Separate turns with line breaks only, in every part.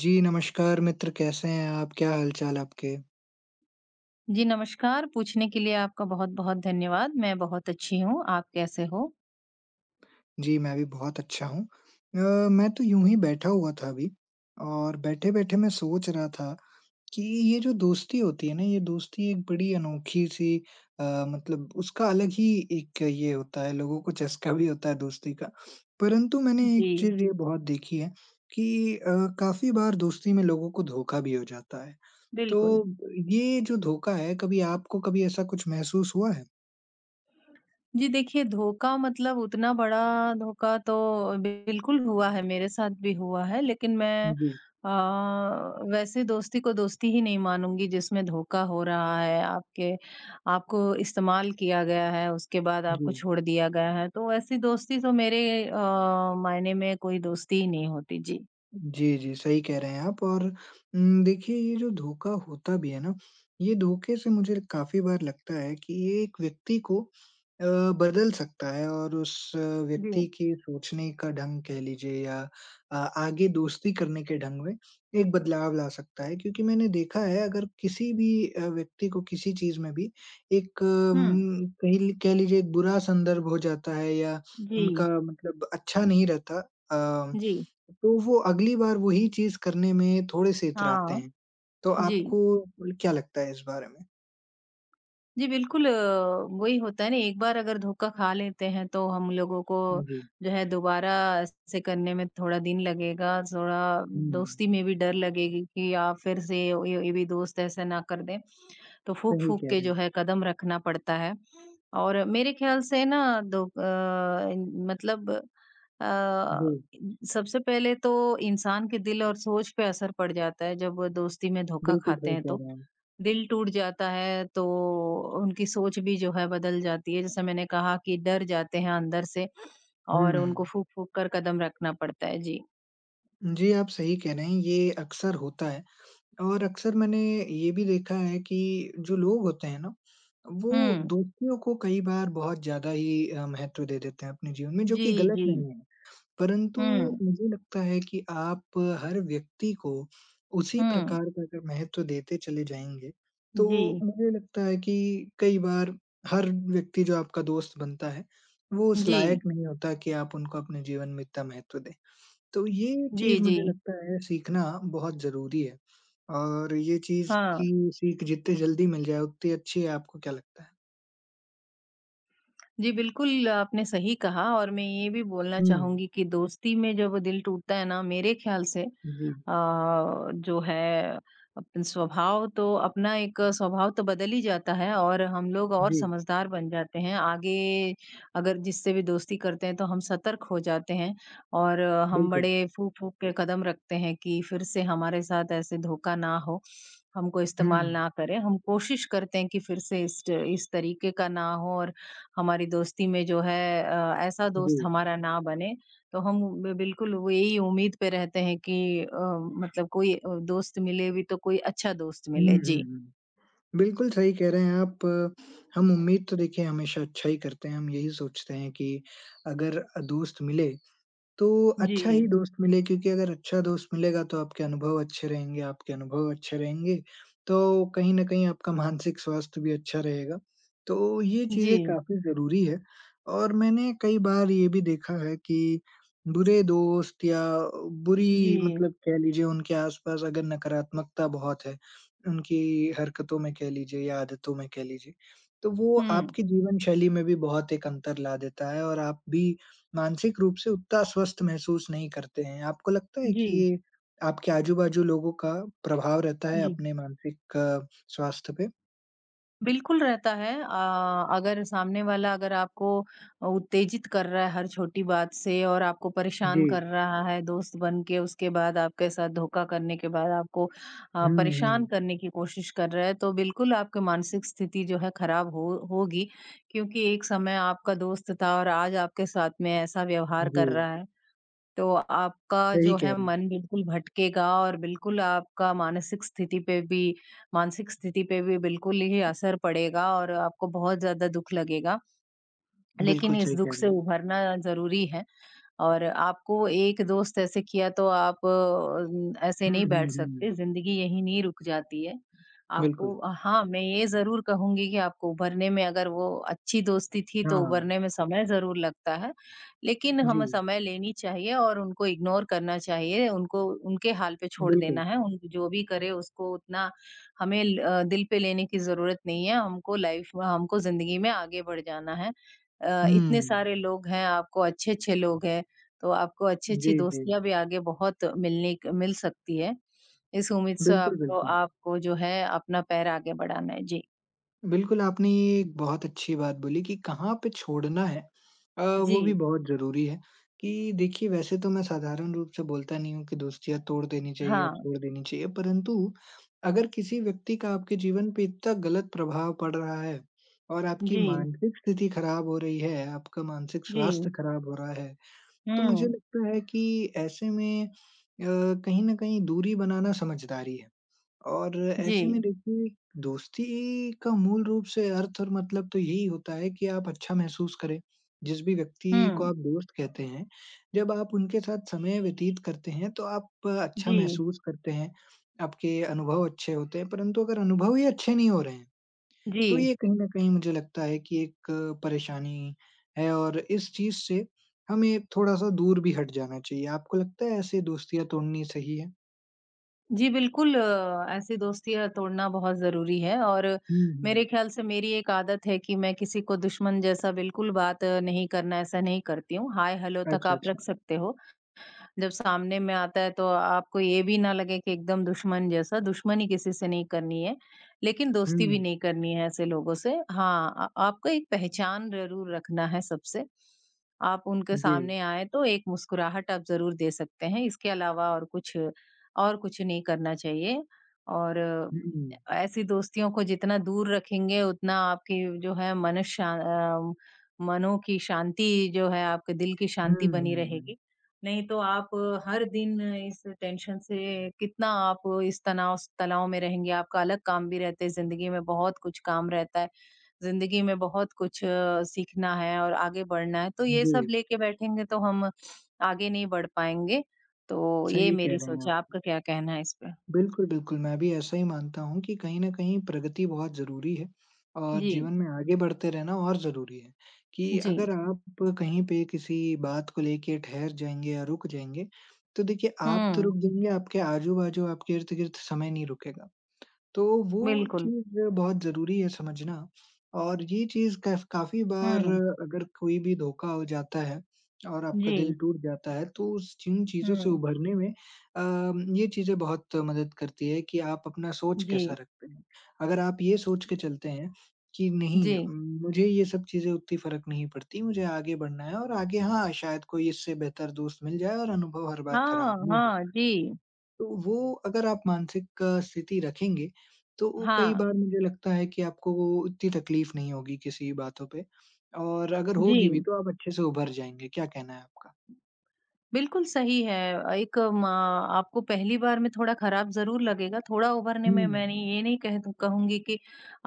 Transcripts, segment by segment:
जी, नमस्कार मित्र कैसे हैं आप? क्या हाल-चाल आपके?
जी, नमस्कार। पूछने के लिए आपका बहुत-बहुत धन्यवाद। मैं बहुत अच्छी हूँ, आप कैसे हो?
जी, मैं भी बहुत अच्छा हूँ। मैं तो यूँ ही बैठा हुआ था अभी और बैठे-बैठे मैं सोच रहा था कि ये जो दोस्ती होती है ना, ये दोस्ती एक बड़ी अनोखी-सी अ, मतलब उसका अलग ही एक ये होता है, लोगों को चस्का भी होता है दोस्ती का। परंतु मैंने एक
जी,
चीज़ ये बहुत देखी है कि काफ़ी बार दोस्ती में लोगों को धोखा भी हो जाता है।
बिल्कुल।
तो ये जो धोखा है, कभी आपको कभी ऐसा कुछ महसूस हुआ है?
जी, देखिए धोखा मतलब उतना बड़ा धोखा तो बिल्कुल हुआ है, मेरे साथ भी हुआ है। लेकिन मैं
जी।
अ, वैसे दोस्ती को दोस्ती ही नहीं मानूँगी जिसमें धोखा हो रहा है, आपके आपको इस्तेमाल किया गया है, उसके बाद
जी।
आपको छोड़ दिया गया है। तो ऐसी दोस्ती तो मेरे अ, मायने में कोई दोस्ती ही नहीं होती। जी।
जी, जी, सही कह रहे हैं आप और देखिए ये जो धोखा होता भी है ना, ये धोखे से मुझे काफ़ी बार लगता है कि ये एक व्यक्ति को अ, बदल सकता है और उस
जी।
व्यक्ति के सोचने का ढंग कह लीजिए या आगे दोस्ती करने के ढंग में एक बदलाव ला सकता है। क्योंकि मैंने देखा है अगर किसी भी व्यक्ति को किसी चीज़ में भी एक
हुँ।
कह लीजिए एक बुरा संदर्भ हो जाता है या
जी,
उनका मतलब अच्छा नहीं रहता अ
जी।
तो वो अगली बार वही चीज़ करने में थोड़े से इतराते
हाँ,
हैं। तो
जी।
आपको क्या लगता है इस बारे में?
जी, बिल्कुल वही होता है ना एक बार अगर धोखा खा लेते हैं तो हम लोगों को
जी।
जो है दोबारा से करने में थोड़ा दिन लगेगा, थोड़ा
हुँ,
दोस्ती में भी डर लगेगी कि या फिर से ये भी दोस्त ऐसा ना कर दें, तो
सही
फूँक-फूँक
कह
के
रहे
जो
हैं।
है कदम रखना पड़ता है। और मेरे ख़्याल से ना दो मतलब
जी,
अ, सबसे पहले तो इंसान के दिल और सोच पे असर पड़ जाता है जब वो दोस्ती में धोखा
बिल्कुल
खाते
सही
हैं
कह
तो।
रहे हैं आप।
दिल टूट जाता है तो उनकी सोच भी जो है बदल जाती है। जैसे मैंने कहा कि डर जाते हैं अंदर से और उनको
हुँ,
फूँक-फूँक कर कदम रखना पड़ता है। जी।
जी, आप सही कह रहे हैं, ये अक्सर होता है और अक्सर मैंने ये भी देखा है कि जो लोग होते हैं ना, वो
हुँ।
दोस्तियों को कई बार बहुत ज़्यादा ही महत्व दे देते हैं अपने जीवन में, जो
जी,
कि गलत
जी।
नहीं है। परंतु
हुँ,
मुझे लगता है कि आप हर व्यक्ति को उसी
हुँ।
प्रकार का अगर महत्व देते चले जाएँगे,
जी,
तो मुझे लगता है कि कई बार हर व्यक्ति जो आपका दोस्त बनता है, वो उस
जी।
लायक नहीं होता कि आप उनको अपने जीवन में इतना महत्व दें। तो ये
जी,
चीज़
जी।
मुझे लगता है सीखना बहुत ज़रूरी है और ये चीज़
हाँ।
की सीख जितनी जल्दी मिल जाए उतनी अच्छी है, आपको क्या लगता है?
जी, बिल्कुल आपने सही कहा और मैं ये भी बोलना
हुँ।
चाहूँगी कि दोस्ती में जब वो दिल टूटता है ना मेरे ख़्याल से
जी,
जो है अपना एक स्वभाव तो बदल ही जाता है और हम लोग और
जी,
समझदार बन जाते हैं। आगे अगर जिससे भी दोस्ती करते हैं तो हम सतर्क हो जाते हैं और हम
बिल्कुल।
बड़े फूँक-फूँक के कदम रखते हैं कि फिर से हमारे साथ ऐसे धोखा ना हो, हमको
हुँ,
इस्तेमाल ना करे। हम कोशिश करते हैं कि फिर से इस तरीके का ना हो और हमारी दोस्ती में जो है ऐसा
जी।
दोस्त हमारा ना बने। तो हम बि बिल्कुल वो यही उम्मीद पे रहते हैं कि अ, मतलब कोई दोस्त मिले भी तो कोई अच्छा दोस्त
हुँ,
मिले।
हुँ,
जी।
हुँ। बिल्कुल सही कह रहे हैं आप। हम उम्मीद तो देखिए हमेशा अच्छा ही करते हैं, हम यही सोचते हैं कि अगर दोस्त मिले तो अच्छा ही
जी।
दोस्त मिले क्योंकि अगर अच्छा दोस्त मिलेगा तो आपके अनुभव अच्छे रहेंगे, तो कहीं न कहीं आपका मानसिक स्वास्थ्य भी अच्छा रहेगा। तो ये
जी।
चीज़ें काफ़ी ज़रूरी है और मैंने कई बार ये भी देखा है कि बुरे दोस्त या बुरी
जी।
मतलब कह लीजिए उनके आस-पास अगर नकारात्मकता बहुत है, उनकी हरकतों में कह लीजिए या आदतों में कह लीजिए, तो वो
हुँ।
आपकी जीवन शैली में भी बहुत एक अंतर ला देता है और आप भी मानसिक रूप से उतना अस्वस्थ महसूस नहीं करते हैं। आपको लगता है कि
जी,
ये आपके आजू-बाजू लोगों का प्रभाव रहता है
जी।
अपने मानसिक स्वास्थ्य पे?
बिल्कुल रहता है। अगर सामने वाला अगर आपको उत्तेजित कर रहा है हर छोटी बात से और आपको परेशान
जी।
कर रहा है दोस्त बन के, उसके बाद आपके साथ धोखा करने के बाद आपको
हुँ,
परेशान
हुँ।
करने की कोशिश कर रहा है, तो बिल्कुल आपकी मानसिक स्थिति जो है खराब हो होगी। क्योंकि एक समय आपका दोस्त था और आज आपके साथ में ऐसा व्यवहार
जी,
कर रहा है। तो आपका
सही
जो
कह
है
रहे हैं।
मन बिल्कुल भटकेगा और बिल्कुल आपका मानसिक स्थिति पे भी बिल्कुल ही असर पड़ेगा और आपको बहुत ज़्यादा दुःख लगेगा। लेकिन
बिल्कुल
इस
सही
दुःख
कह रहे
से
हैं।
उभरना ज़रूरी है। और आपको एक दोस्त ऐसे किया तो आप ऐसे
हुँ,
नहीं बैठ
हुँ,
सकते,
हुँ।
ज़िंदगी यहीं नहीं रुक जाती है।
बिल्कुल।
आपको हाँ, मैं ये ज़रूर कहूँगी कि आपको उभरने में अगर वो अच्छी दोस्ती थी तो
हाँ,
उभरने में समय ज़रूर लगता है, लेकिन
जी,
हमें समय लेनी चाहिए और उनको इग्नोर करना चाहिए, उनको उनके हाल पे छोड़
बिल्कुल।
देना है। उन जो भी करे उसको उतना हमें दिल पे लेने की ज़रूरत नहीं है, हमको लाइफ़ में हमको ज़िंदगी में आगे बढ़ जाना है। इतने
हुँ।
सारे लोग हैं, आपको अच्छे-अच्छे लोग हैं तो आपको अच्छी-अच्छी
जी, जी।
दोस्तियाँ भी आगे बहुत मिल सकती है। इस उम्मीद से
बिल्कुल,
आपको
बिल्कुल।
आपको जो है अपना पैर आगे बढ़ाना है। जी।
बिल्कुल, आपने ये एक बहुत अच्छी बात बोली कि कहाँ पे छोड़ना है
जी।
वो भी बहुत ज़रूरी है कि देखिए वैसे तो मैं साधारण रूप से बोलता नहीं हूँ कि दोस्तियाँ तोड़ देनी चाहिए या
हाँ।
छोड़ देनी चाहिए, परंतु अगर किसी व्यक्ति का आपके जीवन पे इतना गलत प्रभाव पड़ रहा है और आपकी
जी,
मानसिक स्थिति खराब हो रही है, आपका मानसिक
जी।
स्वास्थ्य खराब हो रहा है, तो मुझे
हुँ।
लगता है कि ऐसे में कहीं न कहीं दूरी बनाना समझदारी है। और
जी।
ऐसे में देखिए, दोस्ती का मूल रूप से अर्थ और मतलब तो यही होता है कि आप अच्छा महसूस करें। जिस भी व्यक्ति को
हुँ।
आप दोस्त कहते हैं, जब आप उनके साथ समय व्यतीत करते हैं, तो आप अच्छा
जी,
महसूस करते हैं, आपके अनुभव अच्छे होते हैं। परंतु अगर अनुभव ही अच्छे नहीं हो रहे हैं,
जी।
तो ये कहीं न कहीं मुझे लगता है कि एक परेशानी है और इस चीज़ से हमें थोड़ा-सा दूर भी हट जाना चाहिए। आपको लगता है ऐसे दोस्तियाँ तोड़नी सही है?
जी, बिल्कुल ऐसी दोस्तियाँ तोड़ना बहुत ज़रूरी है और
हुँ,
मेरे
हुँ।
ख़्याल से मेरी एक आदत है कि मैं किसी को दुश्मन जैसा बिल्कुल बात नहीं करना, ऐसा नहीं करती हूँ। हाय-हेलो तक
अच्छा,
आप
अच्छा।
रख सकते हो। जब सामने में आता है तो आपको ये भी ना लगे कि एकदम दुश्मन जैसा, दुश्मनी किसी से नहीं करनी है, लेकिन दोस्ती
हुँ।
भी नहीं करनी है ऐसे लोगों से। हाँ, आ आपको एक पहचान ज़रूर रखना है सबसे। आप उनके
जी।
सामने आए तो एक मुस्कुराहट आप ज़रूर दे सकते हैं, इसके अलावा और कुछ नहीं करना चाहिए। और
हुँ।
ऐसी दोस्तियों को जितना दूर रखेंगे उतना आपकी जो है अ, मनों की शांति जो है, आपके दिल की शांति
हुँ,
बनी
हुँ, हुँ।
रहेगी। नहीं तो आप हर दिन इस टेंशन से कितना आप इस तनाव तनाव में रहेंगे, आपका अलग काम भी रहते हैं, ज़िंदगी में बहुत कुछ काम रहता है, ज़िंदगी में बहुत कुछ सीखना है और आगे बढ़ना है, तो ये सब
जी,
लेके बैठेंगे तो हम आगे नहीं बढ़ पाएँगे। तो ये
सही कह
मेरी
रहे हैं
सोच है,
आप।
आपका क्या कहना है इस पे?
बिल्कुल, बिल्कुल, मैं भी ऐसा ही मानता हूँ कि कहीं न कहीं प्रगति बहुत ज़रूरी है और
जी,
जीवन में आगे बढ़ते रहना और ज़रूरी है कि
जी।
अगर आप कहीं पे किसी बात को लेके ठहर जाएँगे या रुक जाएँगे, तो देखिए आप तो
हुँ,
रुक जाएँगे, आपके आजू-बाजू, आपके इर्द-गिर्द समय नहीं रुकेगा। तो वो
बिल्कुल।
चीज़ बहुत ज़रूरी है समझना और ये चीज़ कफ काफ़ी बार
हुँ,
अगर कोई भी धोखा हो जाता है और आपका
जी।
दिल टूट जाता है, तो उस जिन चीज़ों से
हुँ,
उभरने में ये चीज़ें बहुत मदद करती है कि आप अपना सोच
जी,
कैसा रखते हैं। अगर आप ये सोच के चलते हैं कि नहीं
जी।
मुझे ये सब चीज़ें उतनी फ़र्क नहीं पड़ती, मुझे आगे बढ़ना है और आगे हाँ, शायद कोई इससे बेहतर दोस्त मिल जाए और अनुभव हर बार
हाँ,
खराब ना हो।
हाँ, जी।
तो वो अगर आप मानसिक स्थिति रखेंगे, तो वो कई
हाँ,
बार मुझे लगता है कि आपको वो इतनी तकलीफ नहीं होगी किसी बातों पे और अगर
जी।
होगी भी तो आप अच्छे से उभर जाएँगे। क्या कहना है आपका?
बिल्कुल सही है। एक म आपको पहली बार में थोड़ा खराब ज़रूर लगेगा, थोड़ा उभरने
हुँ,
में मैं नहीं ये नहीं कह कहूँगी कि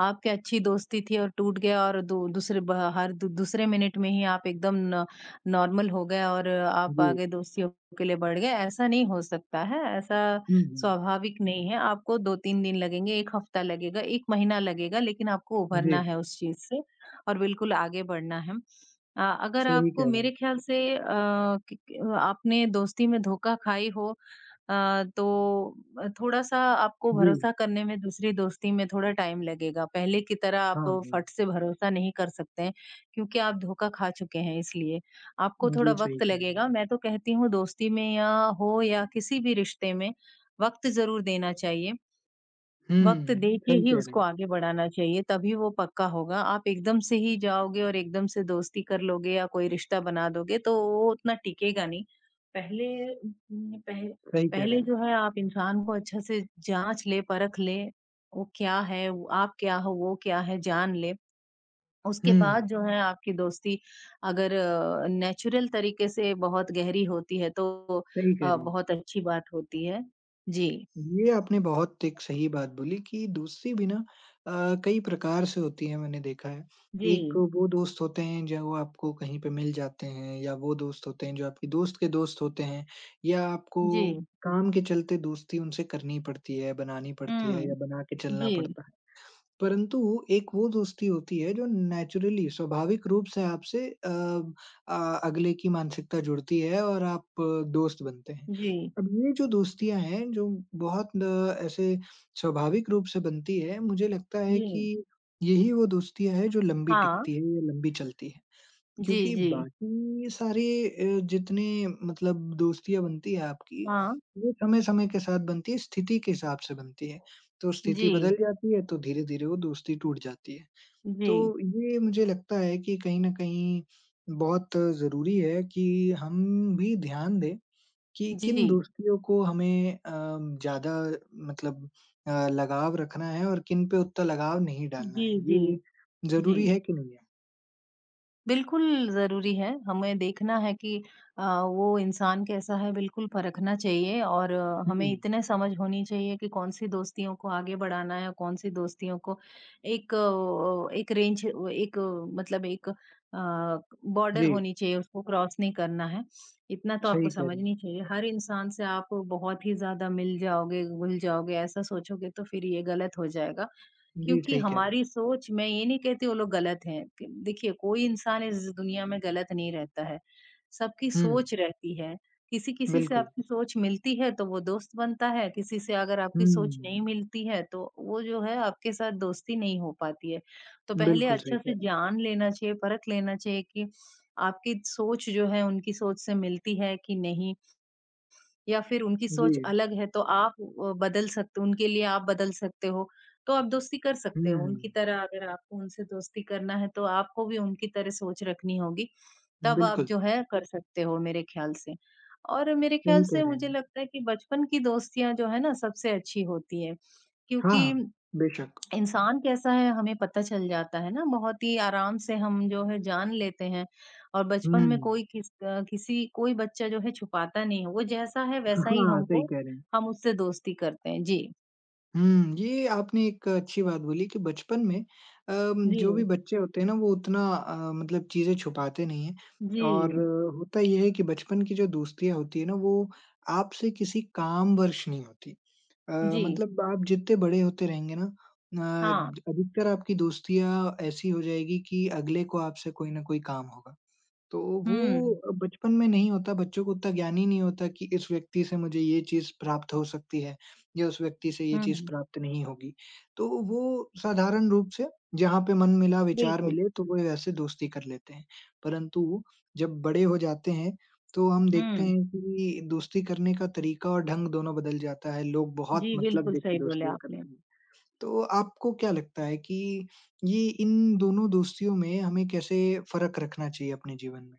आपकी अच्छी दोस्ती थी और टूट गया और दू दूसरे ब हर दू दूसरे मिनट में ही आप एकदम न नॉर्मल हो गए और आप
जी।
आगे दोस्तियों के लिए बढ़ गए, ऐसा नहीं हो सकता है, ऐसा
हुँ, हुँ।
स्वाभाविक नहीं है। आपको 2-3 दिन लगेंगे, 1 हफ्ता लगेगा, 1 महीना लगेगा, लेकिन आपको उभरना
जी,
है उस चीज़ से और बिल्कुल आगे बढ़ना है। अगर
सही
आपको
कह रहे
मेरे
हैं।
ख्याल से कि आपने दोस्ती में धोखा खाई हो अ, तो थोड़ा-सा आपको
जी,
भरोसा करने में दूसरी दोस्ती में थोड़ा टाइम लगेगा। पहले की तरह आप
हाँ, हाँ।
फट से भरोसा नहीं कर सकते हैं, क्योंकि आप धोखा खा चुके हैं इसलिए। आपको थोड़ा
जी, सही
वक़्त
कह रहे हैं।
लगेगा। मैं तो कहती हूँ दोस्ती में या हो या किसी भी रिश्ते में वक़्त ज़रूर देना चाहिए। वक़्त
हुँ,
दे के
सही
ही
कह रहे
उसको
हैं,
आगे बढ़ाना चाहिए, तभी वो पक्का होगा। आप एकदम से ही जाओगे और एकदम से दोस्ती कर लोगे या कोई रिश्ता बना दोगे, तो वो उतना टिकेगा नहीं। पहले उम, पह
सही कह रहे
पहले
हैं।
जो है आप इंसान को अच्छा से जाँच लें, परख लें, वो क्या है, वो आप क्या हो, वो क्या है, जान लें।
हुँ,
उसके बाद जो है आपकी दोस्ती अगर नेचुरल तरीके से बहुत गहरी होती है, तो
सही कह रहे हैं।
बहुत अच्छी बात होती है। जी।
ये आपने बहुत एक सही बात बोली कि दोस्ती भी ना कई प्रकार से होती है मैंने देखा है। एक
जी।
वो दोस्त होते हैं जो वो आपको कहीं पे मिल जाते हैं या वो दोस्त होते हैं जो आपके दोस्त के दोस्त होते हैं या आपको
जी।
काम के चलते दोस्ती उनसे करनी पड़ती है, बनानी पड़ती है
हुँ।
या बना के चलना
जी,
पड़ता है। परंतु एक वो दोस्ती होती है जो नेचुरली स्वाभाविक रूप से आपसे अगले की मानसिकता जुड़ती है और आप दोस्त बनते हैं।
जी,
अब ये जो दोस्तियाँ हैं जो बहुत न ऐसे स्वाभाविक रूप से बनती है, मुझे लगता है
जी।
कि यही वो दोस्तियाँ हैं जो लंबी
हाँ।
टिकती है या लंबी चलती है।
जी,
क्योंकि
जी।
बाकी सारे जितने मतलब दोस्तियाँ बनती है आपकी,
हाँ।
वो समय-समय के साथ बनती है, स्थिति के हिसाब से बनती है। तो
जी,
स्थिति बदल जाती है, तो धीरे-धीरे वो दोस्ती टूट जाती है। तो
जी,
ये मुझे लगता है कि कहीं न कहीं बहुत ज़रूरी है कि हम भी ध्यान दें कि किन
जी।
दोस्तियों को हमें ज़्यादा मतलब लगाव रखना है और किन पे उतना लगाव नहीं डालना
जी,
है।
जी,
ये
जी।
ज़रूरी है कि नहीं है?
बिल्कुल ज़रूरी है, हमें देखना है कि वो इंसान कैसा है बिल्कुल परखना चाहिए और हमें
हुँ,
इतने समझ होनी चाहिए कि कौन-सी दोस्तियों को आगे बढ़ाना है, कौन-सी दोस्तियों को एक एक रेंज एक मतलब एक बॉर्डर
जी,
होनी चाहिए, उसको क्रॉस नहीं करना है। इतना तो आपको
सही कह रही हैं।
समझनी चाहिए। हर इंसान से आप बहुत ही ज़्यादा मिल जाओगे, घुल जाओगे, ऐसा सोचोगे तो फिर ये गलत हो जाएगा।
जी,
क्योंकि
सही कह रहे हैं।
हमारी सोच मैं ये नहीं कहती वो लोग गलत हैं। क देखिए कोई इंसान इस दुनिया में गलत नहीं रहता है। सबकी
हुँ,
सोच रहती है। किसी-किसी से
बिल्कुल।
आपकी सोच मिलती है तो वो दोस्त बनता है, किसी से अगर आपकी सोच
हुँ,
नहीं मिलती है तो वो जो है आपके साथ दोस्ती नहीं हो पाती है। तो पहले
बिल्कुल सही
अच्छे
कह
से
रहे हैं।
जान लेना चाहिए, परख लेना चाहिए कि आपकी सोच जो है उनकी सोच से मिलती है कि नहीं या फिर उनकी सोच
जी,
अलग है तो आप बदल सकते उनके लिए आप बदल सकते हो। तो आप दोस्ती कर सकते हो।
हुँ,
उनकी तरह अगर आपको उनसे दोस्ती करना है तो आपको भी उनकी तरह सोच रखनी होगी। तब आप
बिल्कुल,
जो है कर सकते हो मेरे ख़्याल से। और मेरे ख़्याल
सही कह
से
रहे
मुझे
हैं आप।
लगता है कि बचपन की दोस्तियाँ जो है ना सबसे अच्छी होती है
हाँ,
क्योंकि
हाँ, बेशक।
इंसान कैसा है हमें पता चल जाता है ना बहुत ही आराम से हम जो है जान लेते हैं और
हुँ,
बचपन में कोई किस अ, किसी कोई बच्चा जो है छुपाता नहीं है वो जैसा है वैसा ही
हाँ, सही
हमको
कह रहे हैं।
हम उससे दोस्ती करते हैं। जी।
हुँ, ये आपने एक अच्छी बात बोली कि बचपन में
जी।
जो भी बच्चे होते हैं ना वो उतना मतलब चीज़ें छुपाते नहीं हैं
जी।
और होता ये है कि बचपन की जो दोस्तियाँ होती है ना वो आपसे किसी काम वर्ष नहीं होती। अ,
जी।
मतलब आप जितने बड़े होते रहेंगे ना
हाँ।
अधिकतर आपकी दोस्तियाँ ऐसी हो जाएगी कि अगले को आपसे कोई न कोई काम होगा। तो
हम्म।
वो बचपन में नहीं होता, बच्चों को उतना ज्ञान ही नहीं होता कि इस व्यक्ति से मुझे ये चीज़ प्राप्त हो सकती है या उस व्यक्ति से ये चीज़
हम्म।
प्राप्त नहीं होगी। तो वो साधारण रूप से जहाँ पे मन मिला, विचार
बिल्कुल।
मिले तो वो वैसे दोस्ती कर लेते हैं। परंतु जब बड़े हो जाते हैं तो हम देखते
हम्म।
हैं कि दोस्ती करने का तरीका और ढंग दोनों बदल जाता है। लोग बहुत
जी,
मतलब
बिल्कुल
देख के
सही बोले
दोस्तियाँ
आपने।
करते हैं। तो आपको क्या लगता है कि ये इन दोनों दोस्तियों में हमें कैसे फ़र्क रखना चाहिए अपने जीवन में?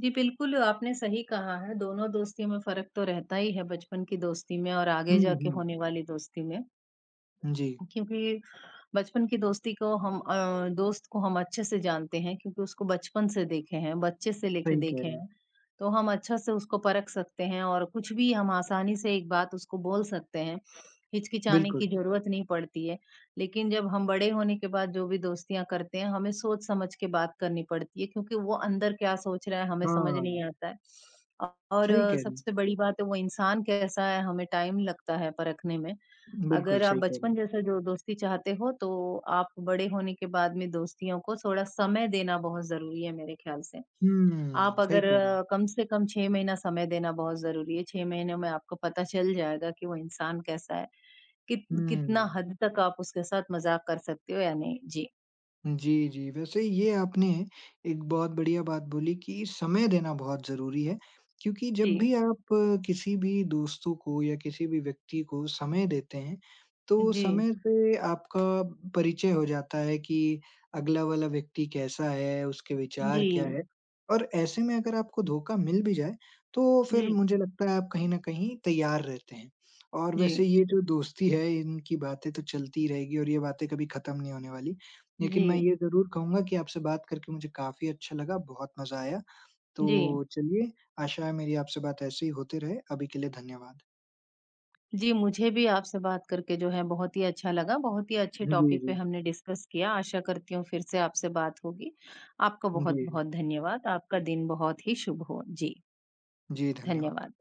जी, बिल्कुल आपने सही कहा है, दोनों दोस्तियों में फर्क तो रहता ही है बचपन की दोस्ती में और आगे
हुँ,
जाके
हुँ।
होने वाली दोस्ती में,
जी,
क्योंकि बचपन की दोस्ती को हम दोस्त को हम अच्छे से जानते हैं क्योंकि उसको बचपन से देखे हैं, बच्चे से लेके
सही कह
देखे
रहे
हैं।
हैं।
तो हम अच्छा से उसको परख सकते हैं और कुछ भी हम आसानी से एक बात उसको बोल सकते हैं। हिचकिचाने की
बिल्कुल,
ज़रूरत नहीं पड़ती है। लेकिन जब हम बड़े होने के बाद जो भी दोस्तियाँ करते हैं, हमें सोच समझ के बात करनी पड़ती है क्योंकि वो अंदर क्या सोच रहा है हमें समझ
हाँ,
नहीं आता है। और
सही कह रहे
सबसे बड़ी बात है वो इंसान कैसा है, हमें टाइम लगता है परखने में।
हैं। बिल्कुल
अगर आप
सही कह रहे
बचपन
हैं।
जैसा जो दोस्ती चाहते हो तो आप बड़े होने के बाद में दोस्तियों को थोड़ा समय देना बहुत ज़रूरी है मेरे ख़्याल से। आप
हुँ, सही
अगर
कह रहे हैं।
कम से कम 6 महीना समय देना बहुत ज़रूरी है, 6 महीने में आपको पता चल जाएगा कि वो इंसान कैसा है, कितना
हुँ।
हद तक आप उसके साथ मज़ाक कर सकते हो या नहीं। जी।
जी, जी। वैसे ये आपने एक बहुत बढ़िया बात बोली कि समय देना बहुत ज़रूरी है, क्योंकि
जी।
जब भी आप किसी भी दोस्तों को या किसी भी व्यक्ति को समय देते हैं, तो
जी।
समय से आपका परिचय हो जाता है कि अगला वाला व्यक्ति कैसा है, उसके
जी।
विचार क्या है। और ऐसे में अगर आपको धोखा मिल भी जाए, तो फिर मुझे लगता है आप कहीं न कहीं तैयार रहते हैं। और
जी।
वैसे ये जो दोस्ती है, इनकी बातें तो चलती रहेगी और ये बातें कभी खत्म नहीं होने वाली।
जी।
लेकिन मैं
जी।
ये ज़रूर कहूँगा कि आपसे बात करके मुझे काफ़ी अच्छा लगा, बहुत मज़ा आया।
जी।
तो चलिए, आशा है मेरी आपसे बात ऐसे ही होती रहे। अभी के लिए धन्यवाद।
जी, मुझे भी आपसे बात करके जो है बहुत ही अच्छा लगा। बहुत ही अच्छे
जी,
टॉपिक पे
जी।
हमने डिस्कस किया। आशा करती हूँ फिर से आपसे बात होगी। आपका
जी, जी।
बहुत-बहुत धन्यवाद। आपका दिन बहुत ही शुभ हो। जी,
जी, धन्यवाद।
धन्यवाद।